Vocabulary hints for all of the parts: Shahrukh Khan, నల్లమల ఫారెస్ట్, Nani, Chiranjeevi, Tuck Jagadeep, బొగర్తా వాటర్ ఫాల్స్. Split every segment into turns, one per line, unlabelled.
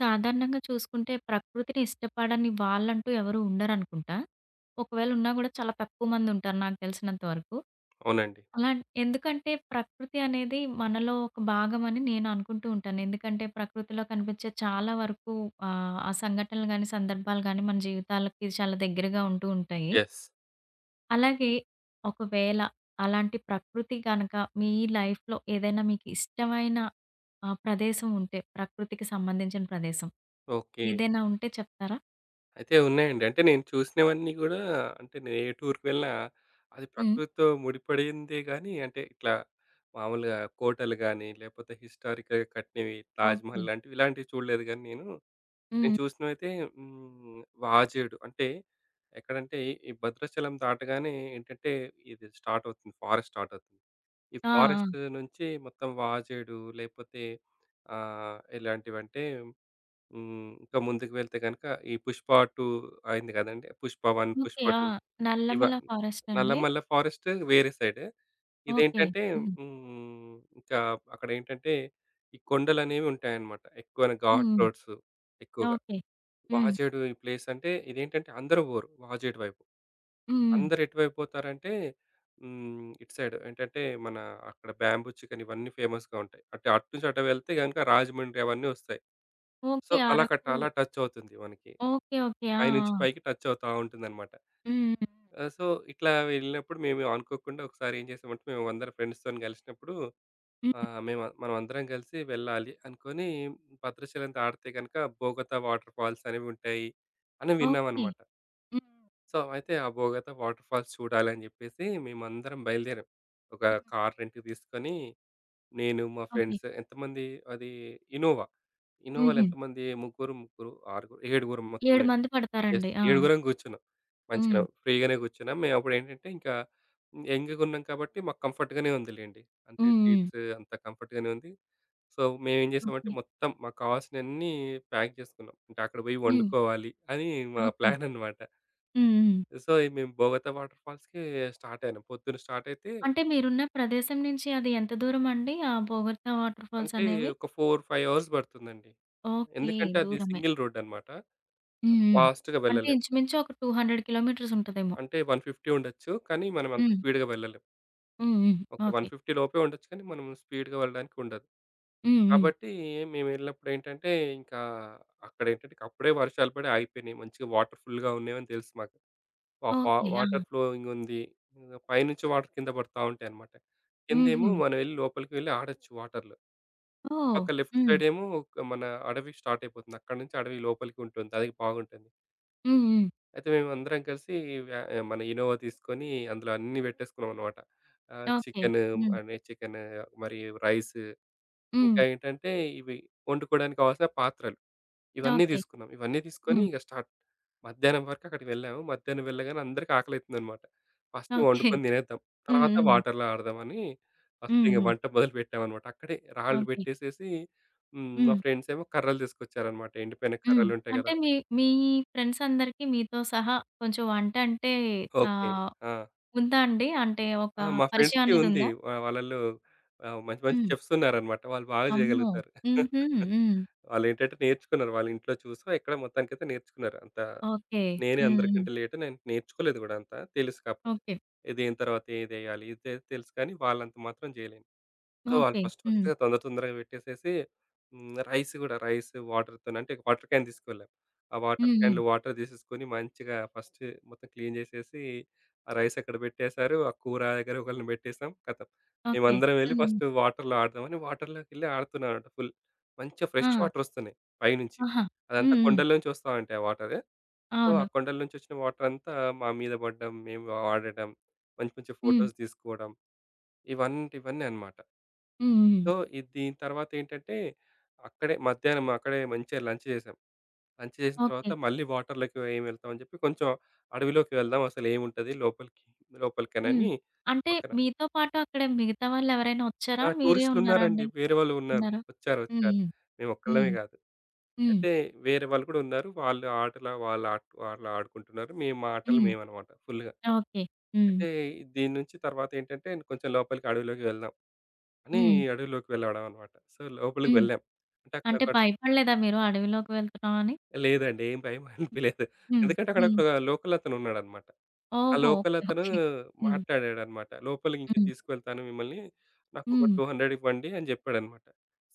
సాధారణంగా చూసుకుంటే ప్రకృతిని ఇష్టపడని వాళ్ళంటూ ఎవరు ఉండరనుకుంటా. ఒకవేళ ఉన్నా గూడా చాలా తక్కువ మందుంటారు నాకు తెలిసినంత వరకు.
అవునండి.
అలా ఎందుకంటే ప్రకృతి అనేది మనలో ఒక భాగమని నేను అనుకుంటూ ఉంటాను. ఎందుకంటే ప్రకృతిలో కనిపించే చాలా వరకు ఆ సంఘటనలు గాని, సందర్భాలు గాని మన జీవితాలకి చాలా దగ్గరగా ఉంటూ ఉంటాయి.
యెస్.
అలాగే ఒకవేళ అలాంటి ప్రకృతి గనక మీ లైఫ్‌లో ఏదైనా మీకు ఇష్టమైన ఆ! ప్రదేశం ఉంటే, ప్రకృతికి సంబంధించిన ప్రదేశం.
ఓకే.
ఏదైనా ఉంటే చెప్తారా?
అయితే ఉన్నాయండి. అంటే నేను చూసినవన్నీ గూడా అంటే నేను ఏ టూర్‌కి వెళ్ళినా అది
హ్మ్.
ప్రకృతితో ముడిపడిందే గానీ, అంటే ఇట్లా మామూలుగా కోటలు గానీ, లేపోతే హిస్టారికల్‌గా కట్టినవి
ఓకే.
'తాజ్‌మహల్' లాంటివి ఇలాంటివి చూడలేదు గానీ నేను. నేను
హ్మ్.
చూసినవైతే హ్మ్. వాజేడు అంటే ఎక్కడంటే ఈ భద్రాచలం దాటగానే ఏంటంటే ఇది స్టార్ట్ అవుతుంది. ఫారెస్ట్ స్టార్ట్ అవుతుంది. ఈ
ఆ! ఆ!
ఫారెస్ట్ నుంచి మొత్తం వాజేడు లేపోతే ఎలాంటివంటే ఇంకా ముందుకు వెళ్తే గనక ఈ 'పుష్ప 2' అయింది కదండీ! 'పుష్ప 1', 'పుష్ప
ఓకే. ఆ!
2' ఇవ
నల్లమల ఫారెస్ట్ అండి?
'నల్లమల్ల ఫారెస్ట్' వేరే సైడ్.
ఓకే.
ఇదేంటంటే
హ్మ్.
ఇంకా అక్కడేంటంటే ఈ కొండలనేవి ఉంటాయన్నమాట. ఎక్కువన ఘాట్
హ్మ్.
రోడ్స్ ఎక్కువగా.
ఓకే. హ్మ్.
వాజేడు ఈ ప్లేస్ అంటే ఇదేంటంటే అందరూ పోరు వాజేడు వైపు.
హ్మ్. హ్మ్.
అందరు ఎటువైపోతారంటే ఇటు సైడ్ ఏంటంటే మన అక్కడ బ్యాంబూ చికెన్ ఇవన్నీ ఫేమస్‌గా ఉంటాయి. అంటే అటు నుంచి అటు వెళ్తే గనుక రాజమండ్రి అవన్నీ వస్తాయి. So,
okay.
అలా కట్ట
అరకు.
అలా టచ్ అవుతుంది మనకి.
ఓకే. ఓకే. ఆ!
పైనుంచి
ఆ!
పైకి టచ్ అవుతా ఉంటుందన్నమాట.
హ్మ్.
ఆహ్, సో, ఇట్లా వెళ్ళినప్పుడు మేము అనుకోకుండా ఒకసారి ఏం చేసామంటే మేమందరం ఫ్రెండ్స్‌తోని కలిసినప్పుడు
హ్మ్. హ్మ్.
మేము మనమందరం కలిసి వెళ్ళాలి అనుకోని భద్రాచలం దాటితే గనుక బోగత వాటర్ ఫాల్స్ అనేవి ఉంటాయి అని
ఓకే.
విన్నామన్నమాట.
హ్మ్.
సో, అయితే ఆ బోగత వాటర్ ఫాల్స్ చూడాలని జెప్పేసి మేమందరం బయలుదేరాం. ఒక
హ్మ్.
కార్ రెంట్‌కి తీసుకొని నేను, మా
ఓకే.
ఫ్రెండ్స్ ఎంతమంది అది ఇనోవా. ఇనోవాలో
హుహు.
ఎంతమంది ముగ్గురు, ముగ్గురు, ఆరుగురు, ఏడుగురం
7
మొత్తమే.
మంది
యెస్.
పడతారండి. ఆ!
ఏడుగురం గూర్చున్నాం. మంచిగా
హ్మ్.
ఫ్రీగానే గూర్చున్నాం. మేమప్పుడేంటంటే ఇంకా యంగ్‌గున్నాం కాబట్టి మాకు కంఫర్ట్‌గానే ఉందిలెండి. అంటే
హ్మ్. హ్మ్.
సీట్స్ అంతా కంఫర్ట్‌గానే ఉంది. సో, మేమేం జేసామంటే
ఓకే.
మొత్తం మాకు కావాల్సినయన్నీ ప్యాక్ జేసుకున్నాం. అంటే అక్కడ బోయి
హ్మ్.
వండుకోవాలి అని మా
ఓకే.
ప్లాన్ అన్నమాట.
హ్మ్. హ్మ్.
సో, ఈ మేము బోగతా వాటర్ ఫాల్స్‌కి స్టార్ట్ అయినాం. పొద్దున స్టార్ట్ అయితే
అంటే మీరున్న ప్రదేశం నుంచి అది ఎంత దూరమండి? ఆ బొగర్తా వాటర్ ఫాల్స్
అంటే
అనేవి?
ఒక 4, 5 అవర్స్ పడుతుందండి.
ఓకే.
ఎందుకంటే అది
దూరమే.
సింగిల్ రోడ్ అన్నమాట.
హ్మ్. హ్మ్.
ఫాస్ట్‌గా
అంటే
వెళ్ళలేం.
ఇంచుమించు ఒక 200 కిలోమీటర్స్ ఉంటదేమో.
అంటే 150 ఉండొచ్చు. కానీ మనం అంత
హ్మ్.
స్పీడ్‌గా వెళ్ళలేం.
హ్మ్. హ్మ్.
ఓకే.
ఓకే.
150 లోపే ఉండొచ్చు కానీ మనం స్పీడ్‌గా వెళ్ళడానికి ఉండదు.
హ్మ్. హ్మ్.
కాబట్టి మేము వెళ్ళినప్పుడు ఏంటంటే ఇంకా అక్కడేంటంటే అప్పుడే వర్షాలు పడి ఆగిపోయినాయి. మంచిగా వాటర్ ఫుల్‌గా ఉన్నాయని తెలుసు మాకు. వా ఫా
ఓకే.
వాటర్
ఆ!
ఫ్లోయింగ్ ఉంది. పైనుంచి వాటర్ కింద పడతా ఉంటాయన్నమాట. కిందేమో
హుహు.
మనం వెళ్లి లోపలికి వెళ్లి ఆడొచ్చు వాటర్‌లో.
ఓహ్!
పక్క లెఫ్ట్
హ్మ్.
సైడేమో మన అడవి స్టార్ట్ అయిపోతుంది. అక్కడి నుంచి అడవి లోపలికి ఉంటుంది. అది బాగుంటుంది.
హ్మ్. హ్మ్.
అయితే మేమందరం కలిసి వ్య మన ఇనోవా తీసుకొని అందులో అన్నీ పెట్టేసుకున్నామనమాట. ఆహ్,
ఓకే.
చికెన్
హ్మ్.
అనే చికెన్ మరి రైస్
హ్మ్.
ఇంకా ఏంటంటే ఇవి వండుకోవడానికి కావాల్సిన పాత్రలు. ఇవన్నీ
ఓకే.
తీసుకున్నాం. ఇవన్నీ తీసుకొని
హ్మ్.
ఇక స్టార్ట్. మధ్యాహ్నం వరకు అక్కడికి వెళ్ళాము. మధ్యాహ్నం వెళ్ళగానే అందరికి ఆకలైతుందన్నమాట. First
okay.
వండుకొని తినేద్దాం.
హ్మ్.
తర్వాత
హ్మ్.
వాటర్‌లో ఆడదామని ఫస్ట్
హ్మ్.
ఇంక
హ్మ్.
వంట మొదలుపెట్టామన్నమాట. అక్కడే రాళ్ళు
ఓకే.
పెట్టేసేసి మా
హ్మ్.
ఫ్రెండ్స్ ఏమో కర్రలు తీసుకొచ్చారన్నమాట. ఎండిపోయిన
హ్మ్.
కర్రలుంటాయి
అంటే
కదా!
మీ మీ ఫ్రెండ్స్ అందరికి మీతో సహా కొంచెం వంట అంటే
ఓకే.
ఆహ్,
ఆ!
ఉందా అండి? అంటే ఒక
ఆ! మా
పరిచయం
ఫ్రెండ్స్‌కి
అనేది
ఉంది.
ఉందా?
వాళ్ళలో మంచి మంచి
హ్మ్.
చెఫ్స్ ఉన్నారన్నమాట. వాళ్ళు బాగా
అమ్మో!
చేయగలుగుతారు.
హుహు. హ్మ్.
వాళ్ళేంటంటే నేర్చుకున్నారు. వాళ్ళ ఇంట్లో చూసో, ఎక్కడో మొత్తానికైతే నేర్చుకున్నారు. అంత
ఓకే.
నేనే
హ్మ్.
అందరికంటే లేట్. నేను నేర్చుకోలేదు గూడా అంతా. తెలుసు కాకపోతే.
ఓకే.
ఇదేన తర్వాత ఏదెయ్యాలి ఇది తెలుసు కానీ వాళ్ళంత మాత్రం జేయలేను. సో, వాళ్ళు
ఓకే.
ఫస్ట్
హ్మ్.
ఫస్ట్‌గా తొందరగా పెట్టేసేసి రైస్ వాటర్‌తోని అంటే వాటర్ క్యాన్ తీసుకెళ్ళాం. ఆ వాటర్
హ్మ్. హ్మ్.
క్యాన్‌లో వాటర్ తీసేసుకొని మంచిగా ఫస్ట్ మొత్తం క్లీన్ జేసేసి ఆ రైస్ అక్కడ పెట్టేశారు. ఆ కూర దగ్గర ఒకళ్ళని పెట్టేసాం. ఖతం.
ఓకే.
మేమందరం వెళ్లి
హ్మ్.
ఫస్ట్ వాటర్‌లో ఆడదామని వాటర్‌లోకెళ్ళి ఆడుతున్నామన్నమాట ఫుల్. మంచిగా ఫ్రెష్
ఆ!
వాటర్ ఒస్తున్నాయి పైనుంచి.
ఆహా!
అదంతా
హ్మ్. హ్మ్.
కొండల్లోంచి వస్తా ఉంటాయి ఆ వాటరు. సో, ఆ
అవును.
కొండల నుంచొచ్చిన వాటరంతా మా మీద పడ్డం. మేము ఆడడం. మంచి మంచి
హ్మ్.
ఫోటోస్ తీసుకోవడం. ఇవంటివన్నీ అన్నమాట.
హ్మ్. హ్మ్.
సో, దీని తర్వాతేంటంటే అక్కడే మంచిగా లంచ్ చేసాం. లంచ్ చేసిన
ఓకే.
తర్వాత మళ్ళీ వాటర్‌లోకి ఏం వెళ్తాం అని చెప్పి కొంచెం అడవిలోకి వెళ్దాం. అసలేముంటది లోపలికి
హ్మ్.
లోపలికనని
అంటే
పక్కన
మీతో పాటు అక్కడ మిగతా వాళ్ళెవరైనా వచ్చారా?
ఆ!
మీరే ఉన్నారా
టూరిస్టులున్నారండి.
అండి?
వేరే వాళ్ళు ఉన్నారు.
ఉన్నారా?
వచ్చారు.
హ్మ్. హ్మ్.
మేమొక్కళ్ళమే కాదు.
హ్మ్. హ్మ్.
అయితే వేరే వాళ్ళు కూడా ఉన్నారు. వాళ్ళు ఆడుకుంటున్నారు. మేము మా ఆటలు
హ్మ్.
మేమన్నమాట ఫుల్‌గా.
ఓకే. హ్మ్.
అయితే దీని నుంచి తర్వాతేంటంటే కొంచెం లోపలికి అడవిలోకి వెళ్దాం అని
హ్మ్.
అడవిలోకి వెళ్ళడం అన్నమాట. సో, లోపలికి
హ్మ్.
వెళ్ళాం. అంటే
అంటే
అక్కడొక
భయపడలేదా మీరు అడవిలోకి వెళ్తున్నామని?
లేదండి. ఏం భయం అనిపియలేదు.
హ్మ్.
ఎందుకంటే అక్కడ
హ్మ్.
ఒక లోకల్ అతనున్నాడన్నమాట. ఆ
ఓహో!
Local
okay.
అతను
ఓకే. హ్మ్.
మాట్లాడాడన్నమాట. లోపలికి ఇంక
హ్మ్.
తీసుకెళ్తాను మిమ్మల్ని. నాకొక
హ్మ్.
200 ఇవ్వండి అని జెప్పాడన్నమాట.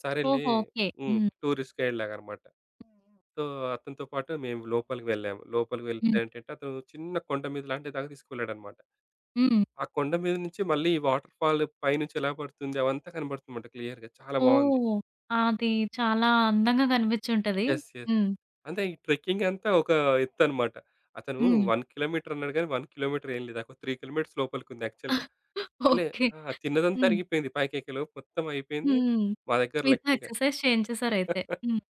సరేలే
ఓహో! ఓకే. హ్మ్.
టూరిస్ట్ గైడ్‌లాగన్నమాట. సో, అతనితో పాటు మేము లోపలికి వెళ్ళాము. లోపలికి వెళ్తే
హ్మ్.
ఏంటంటే అతను చిన్న కొండ మీద లాంటి దాకా తీసుకువెళ్ళాడన్నమాట.
హ్మ్.
ఆ కొండ మీద నుంచి మళ్ళీ ఈ వాటర్ ఫాల్ పైనుంచి ఎలా పడుతుంది అవంతా కనబడుతుందన్నమాట క్లియర్‌గా. చాలా బావుంది.
ఓహ్! అది చాలా అందంగా కనిపిచ్చుంటది.
యెస్. యెస్.
హ్మ్.
అంటే ఈ ట్రెక్కింగ్ అంతా ఒక ఎత్తనమాట. అతను
హ్మ్.
1 కిలోమీటర్ అన్నాడు గానీ, 1 కిలోమీటర్ ఏం లేదు. ఒక 3 కిలోమీటర్స్ లోపలికుంది యాక్చువల్‌గా. అల్లే
ఓకే.
ఆ! తిన్నదంతా
హ్మ్.
అరిగిపోయింది పైకెక్కేలోపు మొత్తం అయిపోయింది.
హ్మ్.
మా దగ్గర
మీతో
లక్కీగా
ఎక్సర్‌సైజ్ చేయించేసారయితే. హ్మ్.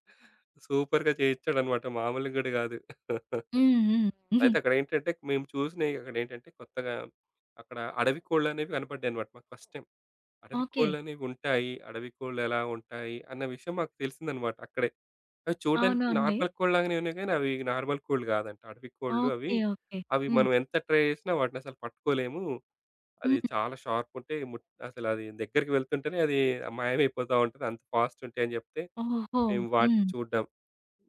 సూపర్‌గా చేయిచ్చాడన్నమాట. మామూలుగా గూడా గాదు.
హ్మ్. హ్మ్. హ్మ్.
అయితే అక్కడేంటంటే, మేము చూసినయి అక్కడేంటంటే కొత్తగా అక్కడ అడవి కోళ్ళనేవి కనపడ్డాయన్నమాట మాకు ఫస్ట్ టైమ్. అడవి
ఓకే.
కోళ్ళనేవి ఉంటాయి. అడవి కోళ్ళు ఎలా ఉంటాయి అన్న విషయం మాకు తెలిసిందనమాట అక్కడే. అవి చూడడానికి
అవునండి.
నార్మల్ కోళ్ళలాగానే ఉన్నాయి గానీ, అవి నార్మల్ కోళ్ళు గాదంట. అడవి కోళ్ళు అవి.
ఓకే. ఓకే.
అవి
హ్మ్.
మనం ఎంత ట్రై జేసినా వాటినసలు పట్టుకోలేము. అది
హ్మ్.
చాలా షార్పుంటాయి. అసలది దగ్గరికి వెళ్తుంటేనే అది మాయమైపోతా ఉంటది. అంత ఫాస్టుంటాయని జెప్తే,
ఓహో!
మేము వాటిని
హ్మ్.
చూడ్డం.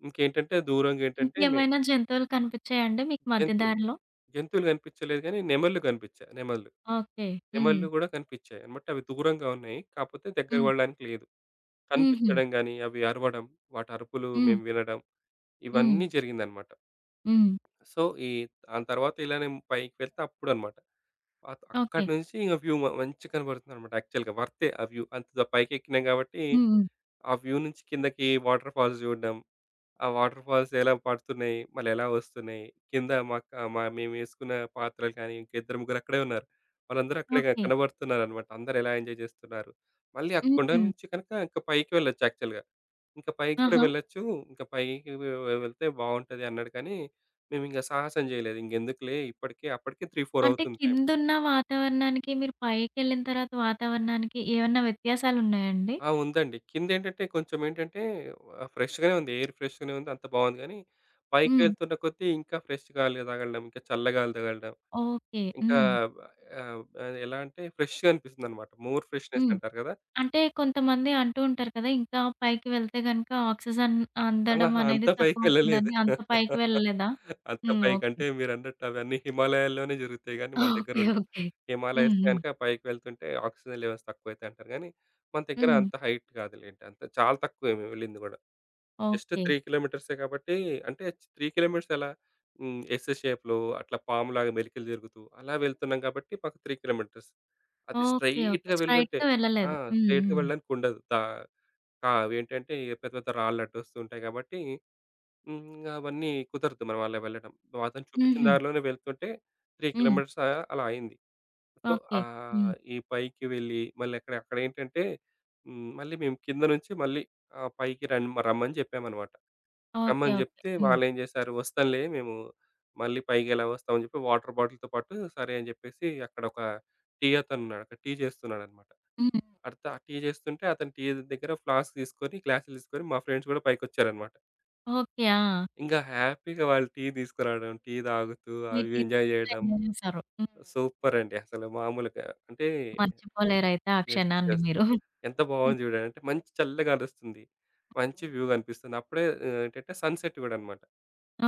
ఇంకేంటంటే దూరంగేంటంటే మేము
ఇంకేమైనా జంతువులు కనిపిచ్చాయండి మీకు మధ్య
జంతువులు.
దారిలో?
జంతువులు కనిపించలేదు గానీ, నెమళ్ళు కనిపించాయి. నెమళ్ళు.
ఓకే. హ్మ్.
నెమళ్ళు గూడా కనిపించాయి అన్నమాట. అవి దూరంగా ఉన్నాయి. కాకపోతే దగ్గర
హ్మ్.
పడడానికి లేదు.
హుహు.
కనిపించడం గాని, అవి అరవడం, వాటి అరుపులు
హ్మ్.
మేము వినడం
హ్మ్.
ఇవన్నీ జరిగిందన్నమాట.
హ్మ్.
సో, ఈ దాని తర్వాత ఇలానే పైకి వెళ్తే అప్పుడన్నమాట.
ఓకే.
అక్కడి నుంచి ఇంక వ్యూ మంచిగా కనబడుతుందన్నమాట. యాక్చువల్‌గా వర్తే ఆ వ్యూ. అంత పైకెక్కినాం కాబట్టి,
హ్మ్. హ్మ్.
ఆ వ్యూ నుంచి కిందకి వాటర్ ఫాల్స్ చూడడం. ఆ వాటర్ ఫాల్స్ ఎలా పడుతున్నాయి? మళ్ళీ ఎలా వస్తున్నాయి? కింద మేమేసుకున్న పాత్రలు కానీ, ఇంక ఇద్దరు ముగ్గురు అక్కడే ఉన్నారు. వాళ్ళందరూ అక్కడే
ఓకే.
కనబడుతున్నారనమాట. అందరూ ఎలా ఎంజాయ్ చేస్తున్నారు. మళ్ళీ ఆ కొండ
హుహు.
నుంచి కనుక ఇంక పైకి వెళ్ళొచ్చు యాక్చువల్‌గా. ఇంక పైకి కూడా
ఆహా!
వెళ్ళొచ్చు. ఇంక పైకి వె వె వెళ్తే బావుంటది అన్నాడు కానీ, మేమింక సాహసం చేయలేదు. ఇంకెందుకులే అప్పటికే 3, 4
అంటే
అవుతుంది టైం.
కిందున్న వాతావరణానికి, మీరు పైకెళ్ళిన తర్వాత వాతావరణానికి ఏమన్నా వ్యత్యాసాలున్నాయండి?
ఆ! ఉందండి. కిందేంటంటే కొంచెం ఏంటంటే ఫ్రెష్‌గానే ఉంది. ఎయిర్ ఫ్రెష్‌గానే ఉంది. అంతా బాగుంది గానీ,
హ్మ్.
పైకెళ్తున్న కొద్దీ ఇంకా ఫ్రెష్ గాలి తగలడం, ఇంకా చల్ల గాలి తగలడం,
ఓకే.
ఇంకా
హ్మ్.
ఆహ్, ఆహ్, ఎలా అంటే ఫ్రెష్‌గా అనిపిస్తుందనమాట. మోర్ ఫ్రెష్‌నెస్
హ్మ్.
అంటారు కదా!
అంటే కొంతమంది అంటూ ఉంటారు కదా! ఇంకా పైకి వెళ్తే గనక ఆక్సిజన్ అందడం
ఆహా! అంత
అనేది
పైకెళ్ళలేదు.
తక్కువవుతుందని. అంత పైకి వెళ్ళలేదా?
అంత
హ్మ్. ఓకే.
పైకంటే మీరన్నట్టు అవన్నీ హిమాలయాల్లోనే జరుగుతాయి గానీ, మన దగ్గర
ఓకే.
ఉండవు.
ఓకే. హ్మ్.
హిమాలయస్
హ్మ్.
గనుక పైకి వెళ్తుంటే ఆక్సిజన్ లెవెల్స్ తక్కువైతాయి అంటారు గానీ, మన దగ్గర
హ్మ్.
అంత హైట్ కాదులెండి. అంత చాలా తక్కువే మేము వెళ్ళింది గూడా. Just
okay.
3 కిలోమీటర్సే కాబట్టి అంటే 3 కిలోమీటర్స్ ఎలా? ఎస్ షేప్‌లో అట్లా పాములాగా మెలికలు తిరుగుతూ అలా వెళ్తున్నాం కాబట్టి మాకు 3 కిలోమీటర్స్. అదే
ఓకే. ఓకే.
స్ట్రెయిట్‌గా వెళ్ళుంటే
స్ట్రెయిట్‌గా
ఆ!
వెళ్ళలేదు. హ్మ్.
స్ట్రెయిట్‌గా
హ్మ్.
వెళ్ళడానికి ఉండదు. దా కా అవేంటంటే పెద్ద పెద్ద రాళ్ళు అడ్డొస్తూ ఉంటాయి కాబట్టి ఇంగ అవన్నీ కుదరదు మనం అలా వెళ్ళడం. అతను చూపించిన
హుహు.
దారిలోనే వెళ్తుంటే 3
హ్మ్.
కిలోమీటర్స్ అలా అయింది. So,
okay. హ్మ్.
ఈ పైకి వెళ్ళి మళ్ళీ అక్కడేంటంటే మళ్ళీ మేము కింద నుంచి మళ్ళీ పైకి రమ్మని చెప్పామన్నమాట.
ఓకే.
రమ్మని
ఓకే.
జెప్తే
హ్మ్.
వాళ్ళేం జేశారు, "వస్తాంలే మేము మళ్ళీ పైగెలా వస్తాం" అని జెప్పి వాటర్ బాటిల్‌తో పాటు సరే అని జెప్పేసి అక్కడ ఒక టీ అతనున్నాడు. అక్కడ టీ చేస్తున్నాడన్నమాట.
హ్మ్.
అడితే ఆ టీ చేస్తుంటే అతను టీ దగ్గర ఫ్లాస్క్ తీసుకొని, గ్లాసులు తీసుకొని మా ఫ్రెండ్స్ గూడా పైకొచ్చారన్నమాట.
ఓకే. ఆ!
ఇంగా హ్యాపీగా వాళ్ళు టీ తీసుకురావడం, టీ తాగుతూ
మీరు
అవి ఎంజాయ్
తీరిగ్గా
జేయడం
ఎంజాయ్ చేశారు. హ్మ్.
సూపర్ అండి. అసలు మామూలుగా అంటే
మర్చిపోలేరైతే ఆ
యెస్.
క్షణాన్ని
యెస్.
మీరు.
ఎంత
హ్మ్.
బావుంది జూడండి. అంటే మంచి చల్లగా గాలొస్తుంది. మంచి వ్యూ గనిపిస్తుంది. అప్పుడే ఏంటంటే సన్‌సెట్ గూడా అన్నమాట.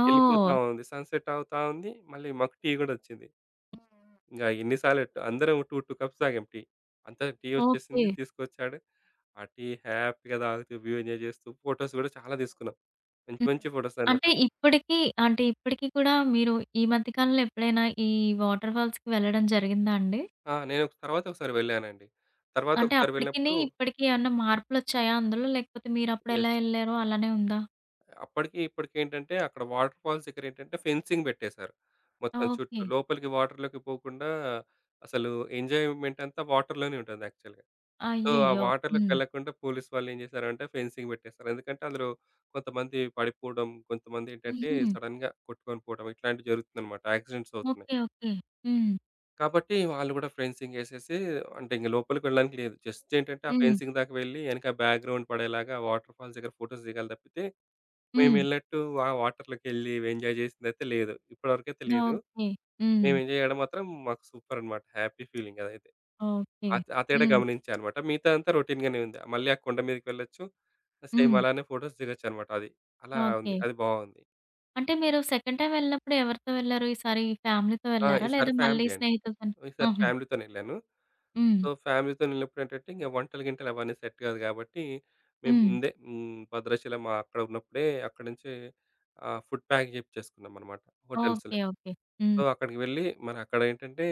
ఓహ్!
వెళ్ళిపోతా ఉంది. సన్‌సెట్ అవుతా ఉంది. మళ్ళీ మాకు టీ గూడా ఒచ్చింది.
హ్మ్.
ఇంగ ఎన్ని సార్లు అందరం 2, 2 కప్స్ తాగాం టీ. అంతా టీ
ఓకే.
ఒచ్చేసింది. తీసుకొచ్చాడు. ఆ టీ హ్యాపీగా తాగుతూ, వ్యూ ఎంజాయ్ చేస్తూ ఫోటోస్ గూడా చాలా తీసుకున్నాం. మంచి
హ్మ్.
మంచి ఫోటోస్ అన్నమాట.
అంటే ఇప్పటికి అంటే ఇప్పటికి కూడా మీరు ఈ మధ్య కాలంలో ఎప్పుడైనా ఈ వాటర్ ఫాల్స్‌కి వెళ్ళడం జరిగిందా అండి?
ఆ! నేను తర్వాత ఒకసారి వెళ్ళానండి. తర్వాత
అంటే
ఒకసారి
అప్పటికిని,
వెళ్ళినప్పుడు
ఇప్పటికి ఏమన్నా మార్పులొచ్చాయా అందులో? లేకపోతే మీరప్పుడు
యెస్.
ఎలా ఎళ్లారో అలానే ఉందా?
అప్పటికి ఇప్పటికి ఏంటంటే అక్కడ వాటర్ ఫాల్స్ దగ్గర ఏంటంటే ఫెన్సింగ్ పెట్టేశారు. మొత్తం చుట్టూ
ఓకే.
లోపలికి వాటర్‌లోకి పోకుండా అసలు ఎంజాయ్‌మెంట్ అంతా వాటర్‌లోనే ఉంటుంది యాక్చువల్‌గా. సో, ఆ
అయ్యయ్యో!
వాటర్‌లోకి
హ్మ్.
వెళ్ళకుండా పోలీస్ వాళ్ళేం చేశారంటే ఫెన్సింగ్ పెట్టేశారు. ఎందుకంటే అందులో కొంతమంది పడిపోవడం, కొంతమందేంటంటే
హుహు.
సడెన్‌గా కొట్టుకొని పోవడం ఇట్లాంటివి జరుగుతుందన్నమాట. యాక్సిడెంట్స్ అవుతున్నాయి.
ఓకే. ఓకే. హ్మ్.
కాబట్టి వాళ్ళు కూడా ఫెన్సింగ్ ఏసేసి అంటే ఇంక లోపలికి వెళ్ళడానికి లేదు. జస్ట్ ఏంటంటే ఆ
హ్మ్.
ఫెన్సింగ్ దాకా వెళ్ళి ఎనక బ్యాక్‌గ్రౌండ్ పడేలాగా వాటర్ ఫాల్స్ దగ్గర ఫోటోస్ దిగాలి తప్పితే,
హ్మ్.
మేమెళ్ళినట్టు ఆ వాటర్‌లోకెళ్ళి ఎంజాయ్ చేసిందైతే లేదు. ఇప్పటి వరకైతే లేదు.
ఓకే. హ్మ్.
మేము ఎంజాయ్ చేయడం మాత్రం మాకు సూపర్ అన్నమాట. హ్యాపీ ఫీలింగ్ అదైతే.
ఓకే.
ఆ! ఆ తేడా
హ్మ్.
గమనించా అనమాట. మిగతాదంతా రొటీన్‌గానే ఉంది. మళ్ళీ ఆ కొండ మీదకి వెళ్ళొచ్చు. సేమ్
హ్మ్.
అలానే ఫోటోస్ దిగొచ్చనమాట అది. అలా ఉంది.
ఓకే.
అది బావుంది.
అంటే మీరు సెకండ్ టైమ్ వెళ్ళినప్పుడు ఎవరితో వెళ్లారు? ఈసారి ఫ్యామిలీతో
ఆ!
వెళ్లారా?
ఈసారి
లేదా మళ్ళీ
ఫ్యామిలీ అండి.
స్నేహితులతోనా?
ఈసారి
ఆహా!
ఫ్యామిలీతోనే వెళ్ళాను.
హ్మ్.
సో, ఫ్యామిలీతోని వెళ్ళినప్పుడు ఏంటంటే, ఇంక వంటలు గింటలు అవన్నీ సెట్ కాదు కాబట్టి, మేము
హ్మ్.
ముందే భద్రాచలం అక్కడ ఉన్నప్పుడే అక్కడి నుంచి ఫుడ్ ప్యాక్ చేపిచ్చేసుకున్నాం అనమాట హోటల్స్‌లో.
ఓకే. ఓకే.
సో,
హ్మ్.
అక్కడికి వెళ్ళి మరి అక్కడ ఏంటంటే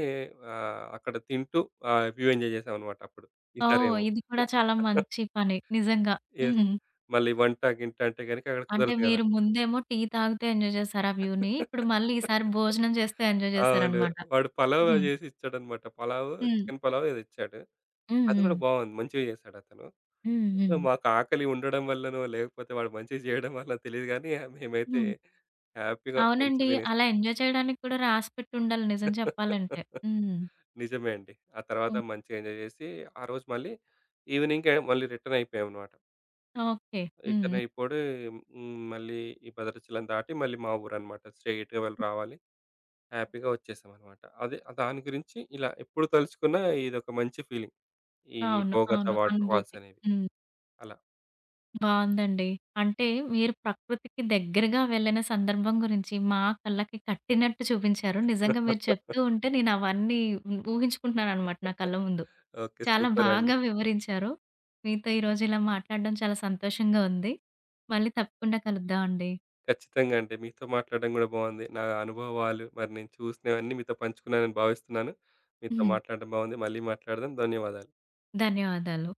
అక్కడ తింటూ వ్యూ ఎంజాయ్ చేసామనమాట అప్పుడు.
ఓహ్!
ఈసారేమో.
ఇది కూడా చాలా మంచి పని. నిజంగా.
యెస్.
హ్మ్.
మళ్ళీ వంట, గింట అంటే గనుక అక్కడ
అంటే
కుదరదు కదా!
మీరు ముందేమో టీ తాగుతూ ఎంజాయ్ చేశారు ఆ వ్యూని. ఇప్పుడు మళ్ళీ ఈసారి భోజనం చేస్తూ ఎంజాయ్
అవును.
చేశారనమాట.
వాడు పలావ్
హ్మ్.
చేసి ఇచ్చాడన్నమాట. పలావ్,
హ్మ్.
చికెన్ పలావ్ ఏదో ఇచ్చాడు.
హ్మ్.
అది
హ్మ్.
కూడా బాగుంది. మంచిగా చేశాడు అతను.
హ్మ్.
సో,
హ్మ్.
మాకు ఆకలి ఉండడం వల్లనో, లేకపోతే వాడు మంచిగా చేయడం వల్ల తెలీదు గానీ, మేమైతే
హ్మ్.
హ్యాపీగా మంచిగా
అవునండి. అలా
తినేసాం.
ఎంజాయ్ చేయడానికి కూడా రాసి పెట్టి ఉండాలి నిజం చెప్పాలంటే. హ్మ్.
నిజమే అండి. ఆ తర్వాత
హ్మ్.
మంచిగా ఎంజాయ్ చేసి, ఆ రోజు మళ్ళీ ఈవినింగే మళ్ళీ రిటర్న్ అయిపోయామన్నమాట.
ఓకే. హ్మ్.
రిటర్న్
హ్మ్.
అయిపోడు హ్మ్. మళ్ళీ ఈ భద్రాచలం దాటి మళ్ళీ మా ఊరన్నమాట. స్ట్రెయిట్‌గా వెళ్ళి రావాలి. హ్యాపీగా వచ్చేసామనమాట. అదే దాని గురించి ఇలా ఎప్పుడు తలుచుకున్నా ఇదొక మంచి ఫీలింగ్. ఈ
అవును.
బోగత
అవును.
వాటర్ ఫాల్స్
అనుభూతి.
అనేవి
హ్మ్.
అలా.
బావుందండి. అంటే మీరు ప్రకృతికి దగ్గరగా వెళ్ళిన సందర్భం గురించి మా కళ్ళకి కట్టినట్టు చూపించారు. నిజంగా మీరు చెప్తూ ఉంటే నేను అవన్నీ హ్మ్, ఊహించుకుంటున్నాననమాట నా కళ్ళ ముందు.
ఓకే.
చాలా
సూపర్ అండి.
బాగా వివరించారు. మీతో ఈరోజు ఇలా మాట్లాడడం చాలా సంతోషంగా ఉంది. మళ్ళీ తప్పకుండా కలుద్దాం అండి.
ఖచ్చితంగా అండి. మీతో మాట్లాడడం గూడా బావుంది. నా అనుభవాలు మరి నేను చూసినవన్నీ మీతో పంచుకున్నానని భావిస్తున్నాను. మీతో
హ్మ్.
మాట్లాడడం బావుంది. మళ్ళీ మాట్లాడదాం. ధన్యవాదాలు.
ధన్యవాదాలు.